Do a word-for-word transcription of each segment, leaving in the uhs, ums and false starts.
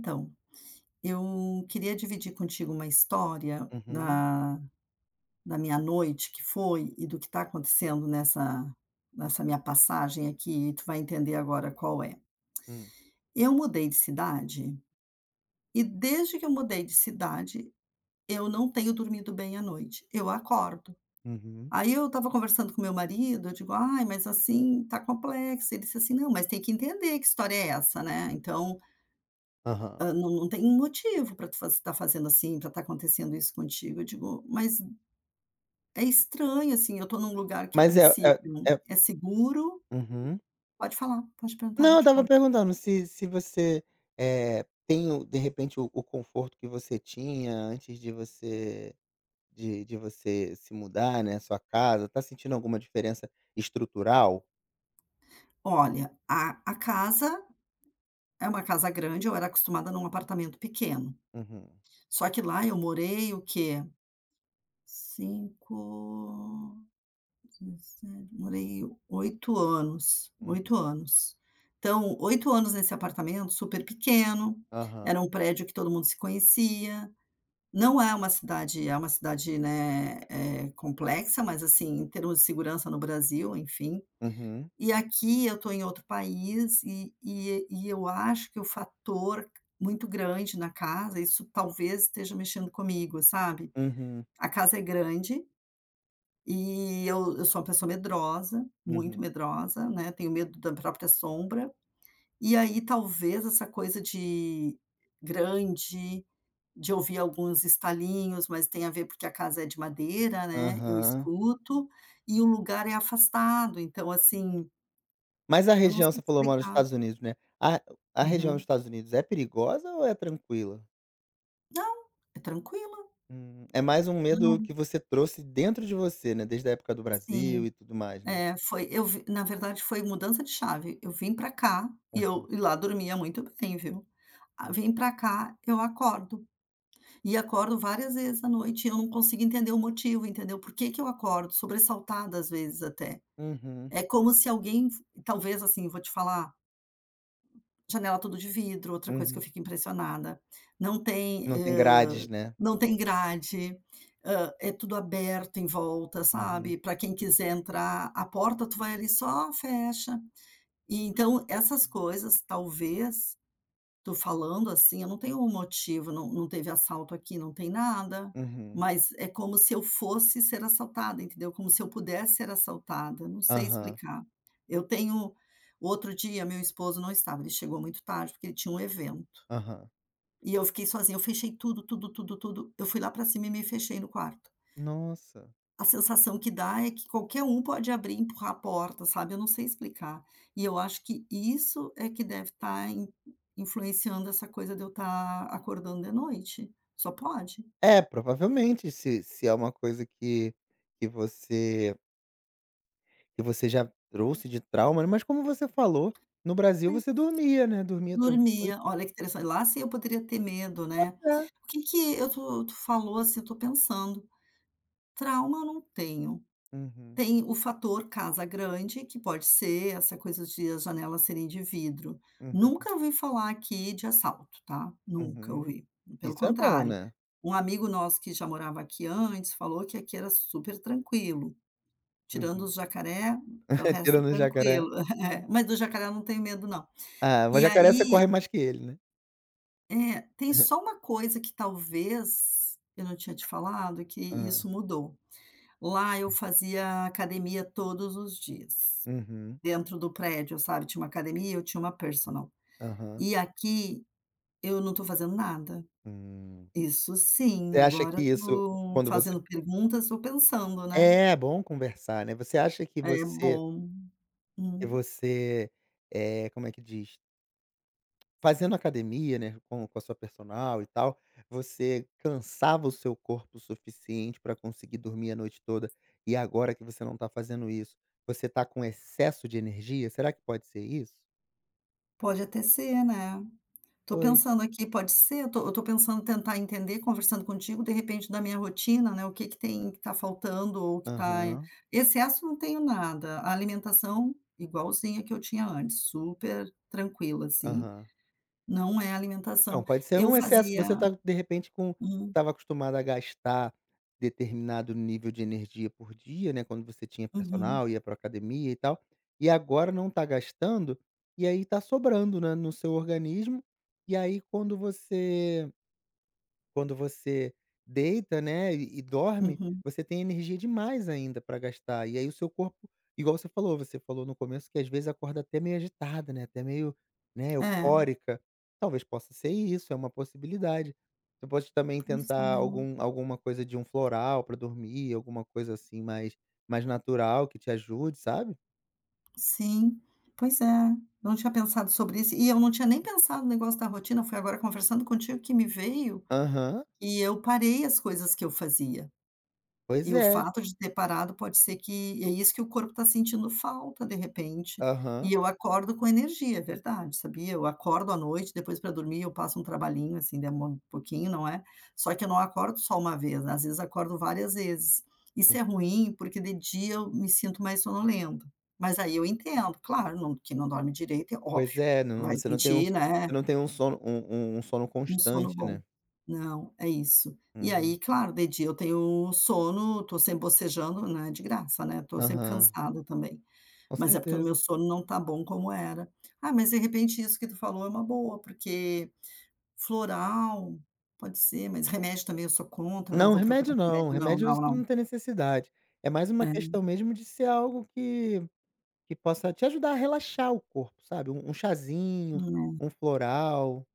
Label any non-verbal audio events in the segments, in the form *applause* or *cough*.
Então, eu queria dividir contigo uma história Uhum, da da minha noite que foi e do que está acontecendo nessa nessa minha passagem aqui, e tu vai entender agora qual é. hum, Eu mudei de cidade e desde que eu mudei de cidade, eu não tenho dormido bem à noite, eu acordo. uhum, Aí eu estava conversando com meu marido, eu digo: "Ai, mas assim, tá complexo". Ele disse assim: "Não, mas tem que entender que história é essa, né, então aham. Hã, não não tem um motivo para tu faz tá fazendo assim, para estar acontecendo isso contigo". Eu digo: "Mas é estranho, assim, eu estou num lugar que a Mas é princípio é é é seguro, uhum. pode falar, pode perguntar que Não, eu eu te estava conto". perguntando se se você, eh, tem o de repente o o conforto que você tinha antes de você de de você se mudar, né, sua casa, tá sentindo alguma diferença estrutural? Olha, a a casa é uma casa grande, eu era acostumada num apartamento pequeno, Uhum, só que lá eu morei o quê? Cinco, dezessete, morei oito anos, oito uhum, anos. Então, oito anos nesse apartamento super pequeno, aham, era um prédio que todo mundo se conhecia. Não é uma cidade É uma cidade, né, eh, complexa, mas, assim, em termos de segurança, no Brasil, enfim. uhum, E aqui eu estou em outro país e e e eu acho que o fator muito grande na casa, isso talvez esteja mexendo comigo, sabe. uhum, A casa é grande e eu eu sou uma pessoa medrosa, muito uhum, medrosa, né, tenho medo da própria sombra. E aí talvez essa coisa de grande, de ouvir alguns estalinhos, mas tem a ver porque a casa é de madeira, né, eu aham. escuto, e o lugar é afastado, então assim, Mas a eu não região sei você falou mora nos explicar. Estados Unidos, né, a a região dos Uhum. Estados Unidos é perigosa ou é tranquila? Não, é tranquila. Hum, é mais um medo Não, que você trouxe dentro de você, né, desde a época do Brasil sim. e tudo mais, né. É, foi, eu vi, na verdade foi mudança de chave, eu vim pra cá e eu Aham. e lá dormia muito bem, viu. Ah, vim pra cá, eu acordo, e acordo várias vezes à noite e eu não consigo entender o motivo, entendeu, por que que eu acordo, sobressaltada às vezes até. Uhum, É como se alguém talvez, assim, vou te falar, janela tudo de vidro, outra coisa que eu uhum. fico impressionada, não tem, Não tem hã, grades, né. não tem grade, hã, é tudo aberto em volta, Uhum, sabe, para quem quiser entrar, a porta tu vai ali só fecha. E então essas coisas talvez. Tô falando, assim, eu não tenho um motivo, não não teve assalto aqui, não tem nada, uhum. mas é como se eu fosse ser assaltada, entendeu? Como se eu pudesse ser assaltada, não sei Aham, explicar. Eu tenho Outro dia meu esposo não estava, ele chegou muito tarde, porque ele tinha um evento, aham. e eu fiquei sozinha, eu fechei tudo, tudo, tudo, tudo, eu fui lá para cima e me fechei no quarto. Nossa. A sensação que dá é que qualquer um pode abrir e empurrar a porta, sabe, eu não sei explicar. E eu acho que isso é que deve estar influenciando essa coisa de eu estar acordando de noite, só pode. É, provavelmente se se é uma coisa que que você que você já trouxe de trauma, né? Mas como você falou, no Brasil Mas você dormia, né, dormia tranquilo. dormia, olha que interessante, lá sim eu poderia ter medo, né. O que que eu tu tu falou assim, eu estou pensando, trauma eu não tenho. Uhum, Tem o fator casa grande, que pode ser essa coisa de as janelas serem de vidro. uhum, Nunca ouvi falar aqui de assalto, tá, nunca uhum. ouvi, pelo Isso é bom, contrário. né. Um amigo nosso que já morava aqui antes falou que aqui era super tranquilo, tirando Uhum. os jacaré, o *laughs* resto é Tirando o jacaré. tranquilo. *laughs* É, mas do jacaré eu não tenho medo não. Ah, mas E jacaré você aí corre mais que ele, né? é, tem só *laughs* uma coisa que talvez eu não tinha te falado, que Hã. isso mudou. Lá eu fazia academia todos os dias. Uhum. Dentro do prédio, sabe, tinha uma academia, eu tinha uma personal. Aham. E aqui eu não estou fazendo nada. Hum. Isso sim, Você acha agora que isso estou quando você fazendo perguntas, estou pensando, né. É bom conversar, né. Você acha que É você bom. que Hum, você, é como é que diz? Fazendo academia, né, com com a sua personal e tal, você cansava o seu corpo o suficiente para conseguir dormir a noite toda, e agora que você não tá fazendo isso, você tá com excesso de energia? Será que pode ser isso? Pode até ser, né. Tô Pois. pensando aqui, pode ser, eu tô eu tô pensando em tentar entender, conversando contigo, de repente, da minha rotina, né, o que que tem, que está faltando ou que está Aham, excesso, não tenho nada. A alimentação, igualzinha que eu tinha antes, super tranquila, assim. aham. Não é Não, alimentação. pode ser Eu um excesso. Você fazia tá, de repente, com hum, estava acostumado a gastar determinado nível de energia por dia, né, quando você tinha uhum, personal, ia para academia e tal, e agora não tá gastando, e aí tá sobrando, né, no seu organismo, e aí quando você quando você deita, né, e e dorme, uhum. você tem energia demais ainda para gastar. E aí o seu corpo, igual você falou, você falou no começo que às vezes acorda até meio agitada, né, até meio, né, É, eufórica. Talvez possa ser isso, é uma possibilidade. Você pode também pois tentar é. algum alguma coisa de um floral para dormir, alguma coisa assim mais mais natural que te ajude, sabe? Sim, pois é. Não tinha pensado sobre isso e eu não tinha nem pensado no negócio da rotina, foi agora conversando contigo que me veio, Aham, e eu parei as coisas que eu fazia. pois E o é. fato de ter parado pode ser que é isso que o corpo está sentindo falta, de repente. Aham. E eu acordo com energia, é verdade, sabia? Eu acordo à noite, depois para dormir eu passo um trabalhinho, assim, demora um pouquinho, não é? Só que eu não acordo só uma vez, né, às vezes acordo várias vezes. Isso Hum, é ruim, porque de dia eu me sinto mais sonolenta, mas aí eu entendo, claro, não quem não dorme direito é pois óbvio, é, não vai você não tem um sentir, você né, não tem um sono um um um sono um sono constante, bom. né? Não, é isso. E Uhum. aí, claro, de dia eu tenho sono, estou sempre bocejando, não é de graça, né, estou sempre Aham, cansada também, com mas é porque o meu certeza. sono não está bom como era. Ah, mas de repente isso que tu falou é uma boa, porque floral pode ser, mas remédio também, eu sou contra, não Não, vou procurar remédio remédio não, não, remédio não, isso não. não tem necessidade. É mais uma É, questão mesmo de ser algo que que possa te ajudar a relaxar o corpo, sabe, um um chazinho, não, um floral,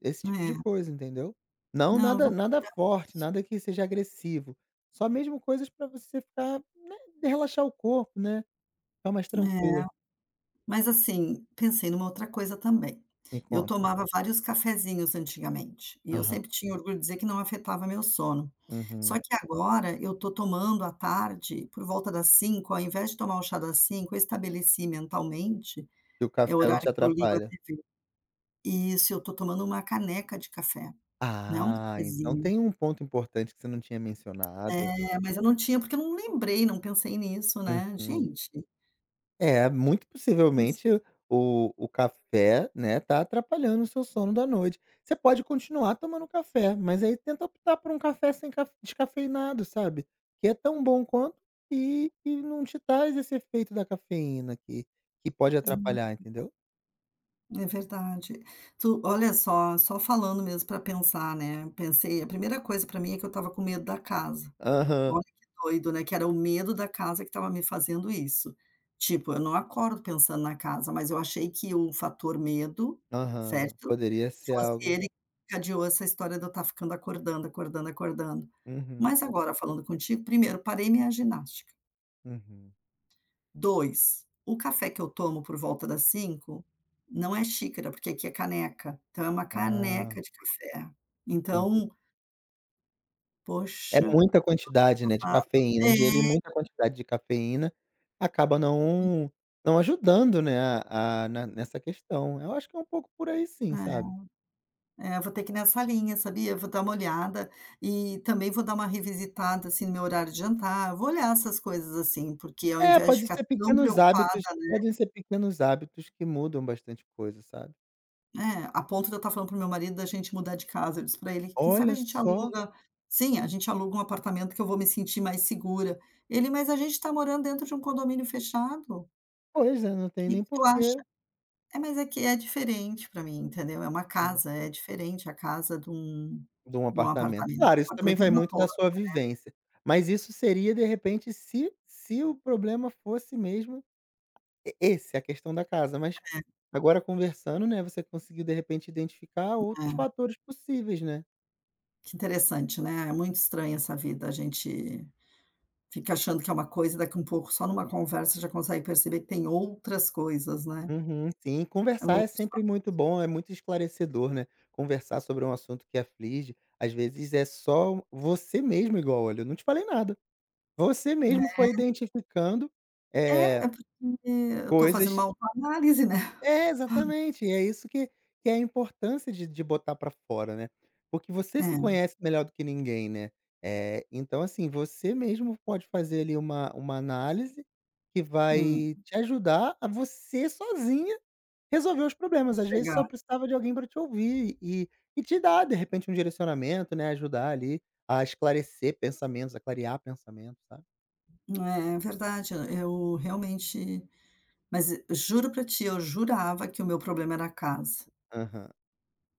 esse tipo de é, coisa, entendeu. Não, não, eu nada vou nada procurar, forte, nada que seja agressivo, só mesmo coisas para você ficar, né, de relaxar o corpo, né, ficar mais é. tranquila. Mas assim, pensei numa outra coisa também. Me Eu conta. tomava, uhum, vários cafezinhos antigamente, e eu Aham, sempre tinha orgulho de dizer que não afetava meu sono. Só uhum. que agora eu tô tomando à tarde, por volta das cinco, ao invés de tomar o chá das cinco, eu estabeleci mentalmente, E o é o café não horário te que eu ligo a atrapalha? tê vê. Isso, eu tô tomando uma caneca de café, não é um Ah, então cafezinho. tem um ponto importante que você não tinha mencionado. É, mas eu não tinha, porque eu não lembrei, não pensei nisso, né. Uhum. Gente, É, muito isso possivelmente o o café, né, tá atrapalhando o seu sono da noite. Você pode continuar tomando café, mas aí tenta optar por um café sem caf descafeinado, sabe, que é tão bom quanto e e não te traz esse efeito da cafeína que que pode hum. atrapalhar, entendeu? É verdade. Tu olha só, só falando mesmo para pensar, né, pensei, a primeira coisa para mim é que eu estava com medo da casa. Aham, Olha que doido, né, que era o medo da casa que estava me fazendo isso. Tipo, eu não acordo pensando na casa, mas eu achei que o fator medo, aham. certo, Poderia ser fosse algo. ele que encadeou essa história de eu estar ficando acordando, acordando, acordando. Uhum, Mas agora falando contigo, primeiro parei minha ginástica, uhum. dois, o café que eu tomo por volta das cinco, não é xícara, porque aqui é caneca, então é uma Ah, caneca de café. Então, é poxa, muita quantidade, né, de passado. cafeína, ingerir muita quantidade de cafeína acaba não não ajudando, né, a a na nessa questão. Eu acho que é um pouco por aí sim, É, sabe. é, é, vou ter que ir nessa linha, sabia? Vou dar uma olhada e também vou dar uma revisitada, assim, no meu horário de jantar, vou olhar essas coisas, assim, porque ao É, invés de pode ficar ser tão pequenos preocupada, hábitos, podem ser pequenos hábitos que mudam bastante coisa, sabe. é, a ponto de eu estar falando para o meu marido da gente mudar de casa, eu disse para ele: "Quem sabe a Olha gente só. aluga". Sim, a gente aluga um apartamento que eu vou me sentir mais segura. Ele: "Mas a gente está morando dentro de um condomínio fechado, o Pois é, não tem que nem que tu acha?" porquê É, mas é que é diferente para mim, entendeu, é uma hum, casa, é diferente a casa de um de um de um apartamento. apartamento. Claro, isso O também apartamento é vai uma muito da porta, sua vivência, mas isso seria de repente se se o problema fosse mesmo e esse é a questão da casa, mas agora conversando, né, você conseguiu de repente identificar outros né. fatores possíveis, né. Que interessante, né, é muito estranha essa vida, a gente fica achando que é uma coisa, daqui um pouco só numa conversa já consegue perceber que tem outras coisas, né. Uhum, sim, É conversar é outros sempre muito bom, é muito esclarecedor, né, conversar sobre um assunto que aflige, às vezes é só você mesmo igual, olha, eu não te falei nada. Você mesmo foi identificando, É, eh, é porque eu estou fazendo coisas. uma autoanálise, né. É, exatamente. E é isso que que é a importância de de botar pra fora, né. Porque você se É, conhece melhor do que ninguém, né. É, então assim, você mesmo pode fazer ali uma uma análise que hum, vai te ajudar a você sozinha resolver os problemas. Às vezes só chegar precisava de alguém para te ouvir e e te dar, de repente, um direcionamento, né, ajudar ali a esclarecer pensamentos, a clarear pensamentos, sabe. é, é verdade, eu realmente, mas juro pra ti, eu jurava que o meu problema era a casa. Aham.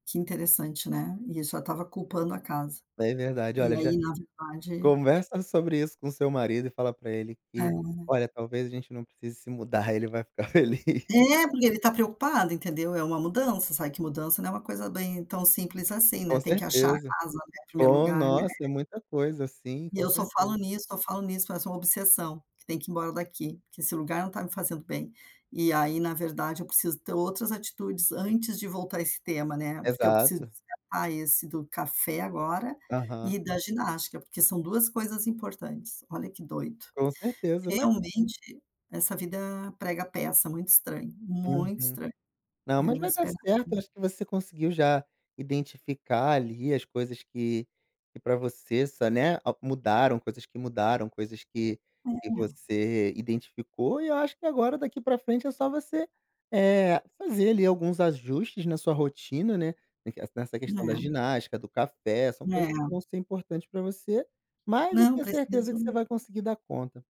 Que interessante, né. E eu só estava culpando a casa. É verdade. E Olha, já aí, na verdade, conversa sobre isso com seu marido e fala pra ele que: é. "Olha, talvez a gente não precise se mudar", *laughs* ele vai ficar *laughs* feliz. É, porque ele tá preocupado, entendeu, é uma mudança, sabe que mudança não é uma coisa bem tão simples assim, né, Com tem que achar a certeza. casa, né, em primeiro Com lugar, né. nossa, é muita coisa, sim, E com eu só falo certeza. nisso, só falo nisso, parece uma obsessão, que tem que ir embora daqui, que esse lugar não está me fazendo bem. E aí, na verdade, eu preciso ter outras atitudes antes de voltar a esse tema, né, porque eu preciso Exato. descartar esse do café agora e Aham. da ginástica, porque são duas coisas importantes. Olha que doido. Com certeza, mas Realmente, essa vida prega peça, muito estranho, muito uhum. estranho, Não, eu mas não vai dar esperava. certo. Eu acho que você conseguiu já identificar ali as coisas que que pra você só né, a mudaram, coisas que mudaram, coisas que que você identificou, e eu acho que agora daqui para frente é só você, eh, fazer ali alguns ajustes na sua rotina, né, em que nessa questão da É, ginástica, do café, são coisas é. que vão ser importantes para você, mas eu Não, tenho certeza que preciso você vai conseguir dar conta.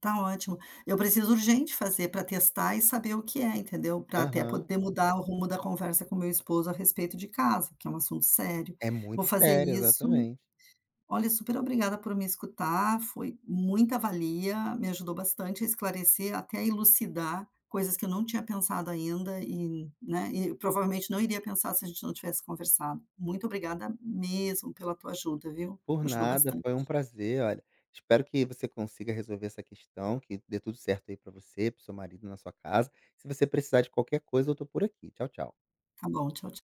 Tá ótimo. Eu preciso urgente fazer para testar e saber o que é, entendeu? Para até Aham. poder mudar o rumo da conversa com meu esposo a respeito de casa, que é um assunto sério. É Vou muito fazer sério, isso. exatamente. Olha, super obrigada por me escutar, foi muita valia, me ajudou bastante a esclarecer, até a elucidar coisas que eu não tinha pensado ainda e, né, e provavelmente não iria pensar se a gente não tivesse conversado. Muito obrigada mesmo pela tua ajuda, viu? Por Ajudou nada, foi um bastante. prazer, olha. Espero que você consiga resolver essa questão, que dê tudo certo aí pra você, pro seu marido, na sua casa. Se você precisar de qualquer coisa, eu tô por aqui. Tchau, tchau. Tá bom, tchau, tchau.